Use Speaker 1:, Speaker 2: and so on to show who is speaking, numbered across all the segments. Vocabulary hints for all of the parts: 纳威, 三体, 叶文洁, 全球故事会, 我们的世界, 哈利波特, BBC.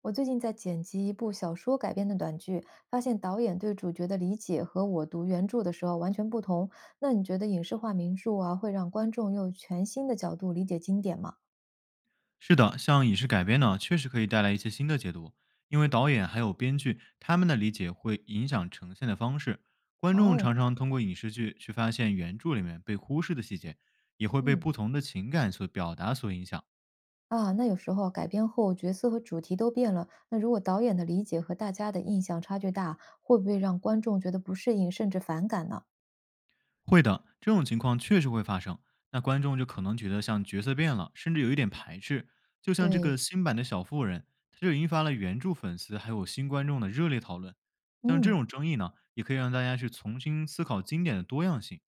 Speaker 1: 我最近在剪辑一部小说改编的短剧，发现导演对主角的理解和我读原著的时候完全不同。那你觉得影视化名著啊，会让观众用全新的角度理解经典吗？
Speaker 2: 是的，像影视改编呢，确实可以带来一些新的解读，因为导演还有编剧他们的理解会影响呈现的方式。观众
Speaker 1: 哦。
Speaker 2: 常常通过影视剧去发现原著里面被忽视的细节，也会被
Speaker 1: 嗯。
Speaker 2: 不同的情感所表达所影响。
Speaker 1: 那有时候改编后角色和主题都变了，那如果导演的理解和大家的印象差距大，会不会让观众觉得不适应甚至反感呢？
Speaker 2: 会的，这种情况确实会发生。那观众就可能觉得像角色变了，甚至有一点排斥。就像这
Speaker 1: 对，
Speaker 2: 个新版的小妇人，它就引发了原著粉丝还有新观众的热烈讨论。像这
Speaker 1: 嗯。
Speaker 2: 种争议呢，也可以让大家去重新思考经典的多样性。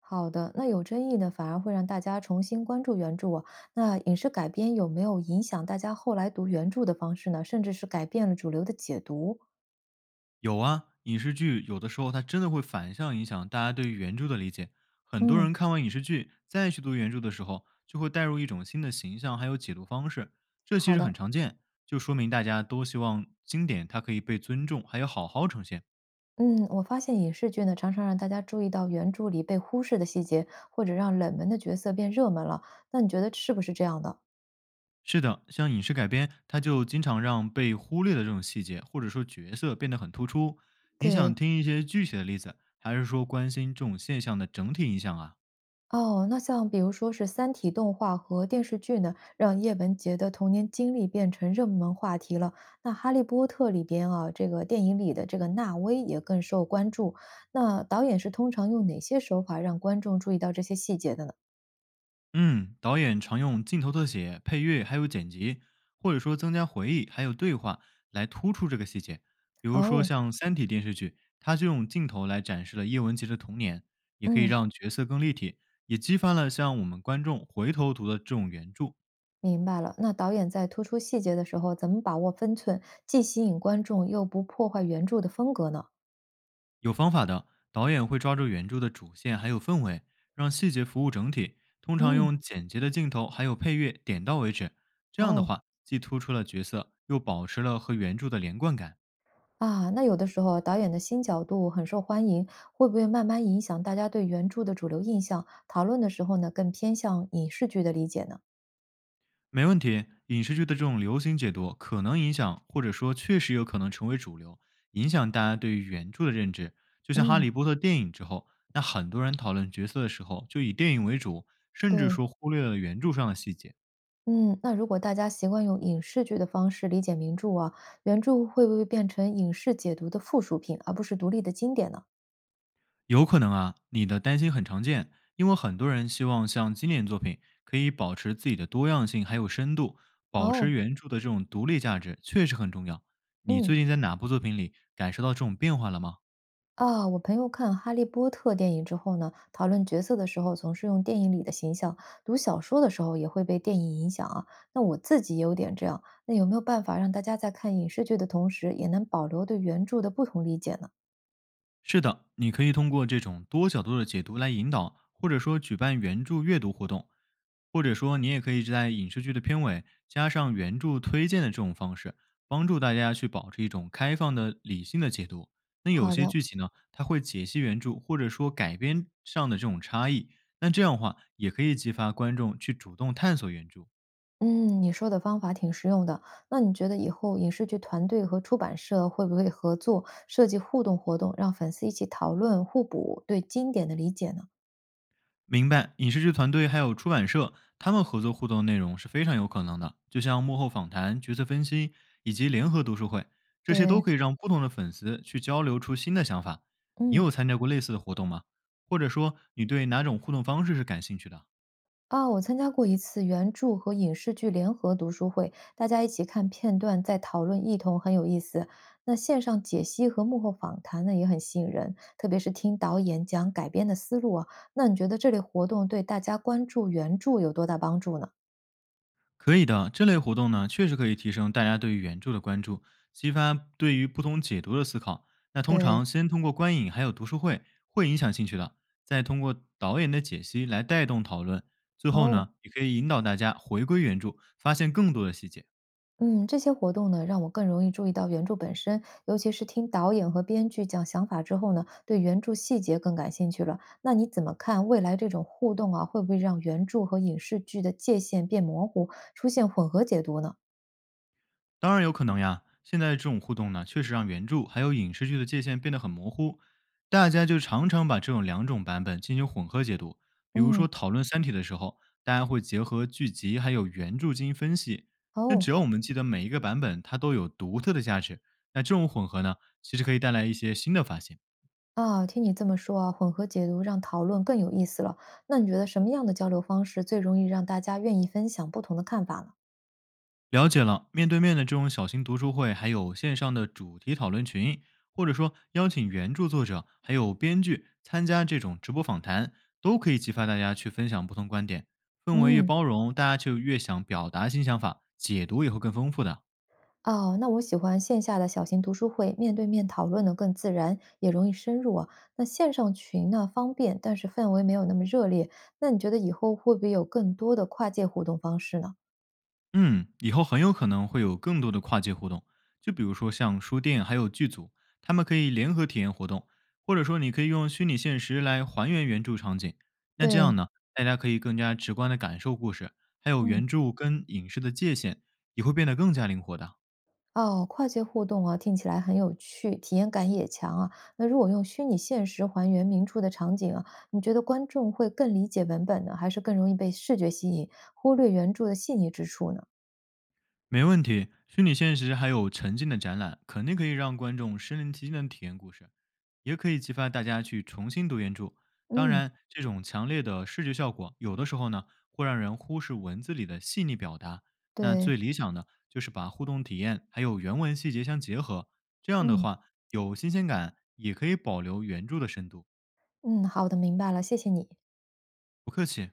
Speaker 1: 好的，那有争议呢，反而会让大家重新关注原著啊。那影视改编有没有影响大家后来读原著的方式呢？甚至是改变了主流的解读？
Speaker 2: 有啊，影视剧有的时候它真的会反向影响大家对于原著的理解。很多
Speaker 1: 嗯，
Speaker 2: 人看完影视剧再去读原著的时候，就会带入一种新的形象，还有解读方式，这其
Speaker 1: 好
Speaker 2: 实
Speaker 1: 的。
Speaker 2: 很常见，就说明大家都希望经典它可以被尊重，还有好好呈现。
Speaker 1: 嗯，我发现影视剧呢，常常让大家注意到原著里被忽视的细节，或者让冷门的角色变热门了。那你觉得是不是这样的？
Speaker 2: 是的，像影视改编，它就经常让被忽略的这种细节或者说角色变得很突出。你
Speaker 1: 对。
Speaker 2: 想听一些具体的例子，还是说关心这种现象的整体影响啊？
Speaker 1: 哦，那像比如说是《三体》动画和电视剧呢，让叶文洁的童年经历变成热门话题了。那《哈利波特》里边啊，这个电影里的这个纳威也更受关注。那导演是通常用哪些手法让观众注意到这些细节的呢？
Speaker 2: 嗯，导演常用镜头特写、配乐还有剪辑，或者说增加回忆还有对话来突出这个细节。比如说
Speaker 1: 哦。
Speaker 2: 像《三体》电视剧，它就用镜头来展示了叶文洁的童年，也可以
Speaker 1: 嗯。
Speaker 2: 让角色更立体，也激发了像我们观众回头读的这种原著。
Speaker 1: 明白了。那导演在突出细节的时候，怎么把握分寸，既吸引观众又不破坏原著的风格呢？
Speaker 2: 有方法的导演会抓住原著的主线还有氛围，让细节服务整体。通常
Speaker 1: 嗯。
Speaker 2: 用简洁的镜头还有配乐点到为止，这样的
Speaker 1: 哦。
Speaker 2: 话既突出了角色，又保持了和原著的连贯感。
Speaker 1: 那有的时候导演的新角度很受欢迎，会不会慢慢影响大家对原著的主流印象？讨论的时候呢，更偏向影视剧的理解呢？
Speaker 2: 没问题，影视剧的这种流行解读可能影响，或者说确实有可能成为主流，影响大家对于原著的认知。就像《哈
Speaker 1: 嗯。
Speaker 2: 利波特》电影之后，那很多人讨论角色的时候，就以电影为主，甚至
Speaker 1: 对。
Speaker 2: 说忽略了原著上的细节。
Speaker 1: 嗯，那如果大家习惯用影视剧的方式理解名著啊，原著会不会变成影视解读的附属品，而不是独立的经典呢？
Speaker 2: 有可能啊，你的担心很常见，因为很多人希望像经典作品可以保持自己的多样性还有深度，保
Speaker 1: 哦，
Speaker 2: 持原著的这种独立价值确实很重要。你
Speaker 1: 嗯。
Speaker 2: 最近在哪部作品里感受到这种变化了吗？
Speaker 1: 我朋友看《哈利波特》电影之后呢，讨论角色的时候总是用电影里的形象，读小说的时候也会被电影影响啊。那我自己也有点这样，那有没有办法让大家在看影视剧的同时，也能保留对原著的不同理解呢？
Speaker 2: 是的，你可以通过这种多角度的解读来引导，或者说举办原著阅读活动，或者说你也可以在影视剧的片尾加上原著推荐的这种方式，帮助大家去保持一种开放的、理性的解读。那有
Speaker 1: 好
Speaker 2: 些
Speaker 1: 的。
Speaker 2: 剧情呢，它会解析原著或者说改编上的这种差异，那这样的话也可以激发观众去主动探索原著。
Speaker 1: 嗯，你说的方法挺实用的。那你觉得以后影视剧团队和出版社会不会合作设计互动活动，让粉丝一起讨论互补对经典的理解呢？
Speaker 2: 明白，影视剧团队还有出版社，他们合作互动的内容是非常有可能的，就像幕后访谈、角色分析以及联合读书会，这些都
Speaker 1: 对，
Speaker 2: 可以让不同的粉丝去交流出新的想法。你
Speaker 1: 嗯。
Speaker 2: 有参加过类似的活动吗？或者说，你对哪种互动方式是感兴趣的？
Speaker 1: 我参加过一次原著和影视剧联合读书会，大家一起看片段，再讨论异同，很有意思。那线上解析和幕后访谈呢，也很吸引人，特别是听导演讲改编的思路啊。那你觉得这类活动对大家关注原著有多大帮助呢？
Speaker 2: 可以的，这类活动呢，确实可以提升大家对于原著的关注，激发对于不同解读的思考。那通
Speaker 1: 对。
Speaker 2: 常先通过观影还有读书会会影响兴趣的，再通过导演的解析来带动讨论，最后
Speaker 1: 哦。
Speaker 2: 呢，也可以引导大家回归原著，发现更多的细节。
Speaker 1: 嗯，这些活动呢，让我更容易注意到原著本身，尤其是听导演和编剧讲想法之后呢，对原著细节更感兴趣了。那你怎么看未来这种互动啊，会不会让原著和影视剧的界限变模糊，出现混合解读呢？
Speaker 2: 当然有可能呀。现在这种互动呢，确实让原著还有影视剧的界限变得很模糊，大家就常常把这种两种版本进行混合解读。比如
Speaker 1: 嗯。
Speaker 2: 说讨论《三体》的时候，大家会结合剧集还有原著进行分析。那只
Speaker 1: 哦。
Speaker 2: 要我们记得每一个版本它都有独特的价值，那这种混合呢，其实可以带来一些新的发现。
Speaker 1: 听你这么说啊，混合解读让讨论更有意思了。那你觉得什么样的交流方式最容易让大家愿意分享不同的看法呢？
Speaker 2: 了解了，面对面的这种小型读书会，还有线上的主题讨论群，或者说邀请原著作者还有编剧参加这种直播访谈，都可以激发大家去分享不同观点，氛围越
Speaker 1: 嗯。
Speaker 2: 包容，大家就越想表达新想法，解读也会更丰富的。
Speaker 1: 哦，那我喜欢线下的小型读书会，面对面讨论呢更自然，也容易深入啊。那线上群呢方便，但是氛围没有那么热烈。那你觉得以后会不会有更多的跨界互动方式呢？
Speaker 2: 嗯，以后很有可能会有更多的跨界活动，就比如说像书店还有剧组，他们可以联合体验活动，或者说你可以用虚拟现实来还原原著场景。那这样
Speaker 1: 对，
Speaker 2: 呢，大家可以更加直观的感受故事，还有
Speaker 1: 嗯。
Speaker 2: 原著跟影视的界限也会变得更加灵活的。
Speaker 1: 哦，跨界互动啊，听起来很有趣，体验感也强啊。那如果用虚拟现实还原明初的场景啊，你觉得观众会更理解文本呢，还是更容易被视觉吸引，忽略原著的细腻之处呢？
Speaker 2: 没问题，虚拟现实还有沉浸的展览，肯定可以让观众身临其境的体验故事，也可以激发大家去重新读原著。当
Speaker 1: 嗯。
Speaker 2: 然，这种强烈的视觉效果，有的时候呢会让人忽视文字里的细腻表达。那
Speaker 1: 对。
Speaker 2: 最理想的就是把互动体验还有原文细节相结合，这样的
Speaker 1: 嗯
Speaker 2: 话有新鲜感，也可以保留原著的深度。
Speaker 1: 嗯，好的，明白了，谢谢你。
Speaker 2: 不客气。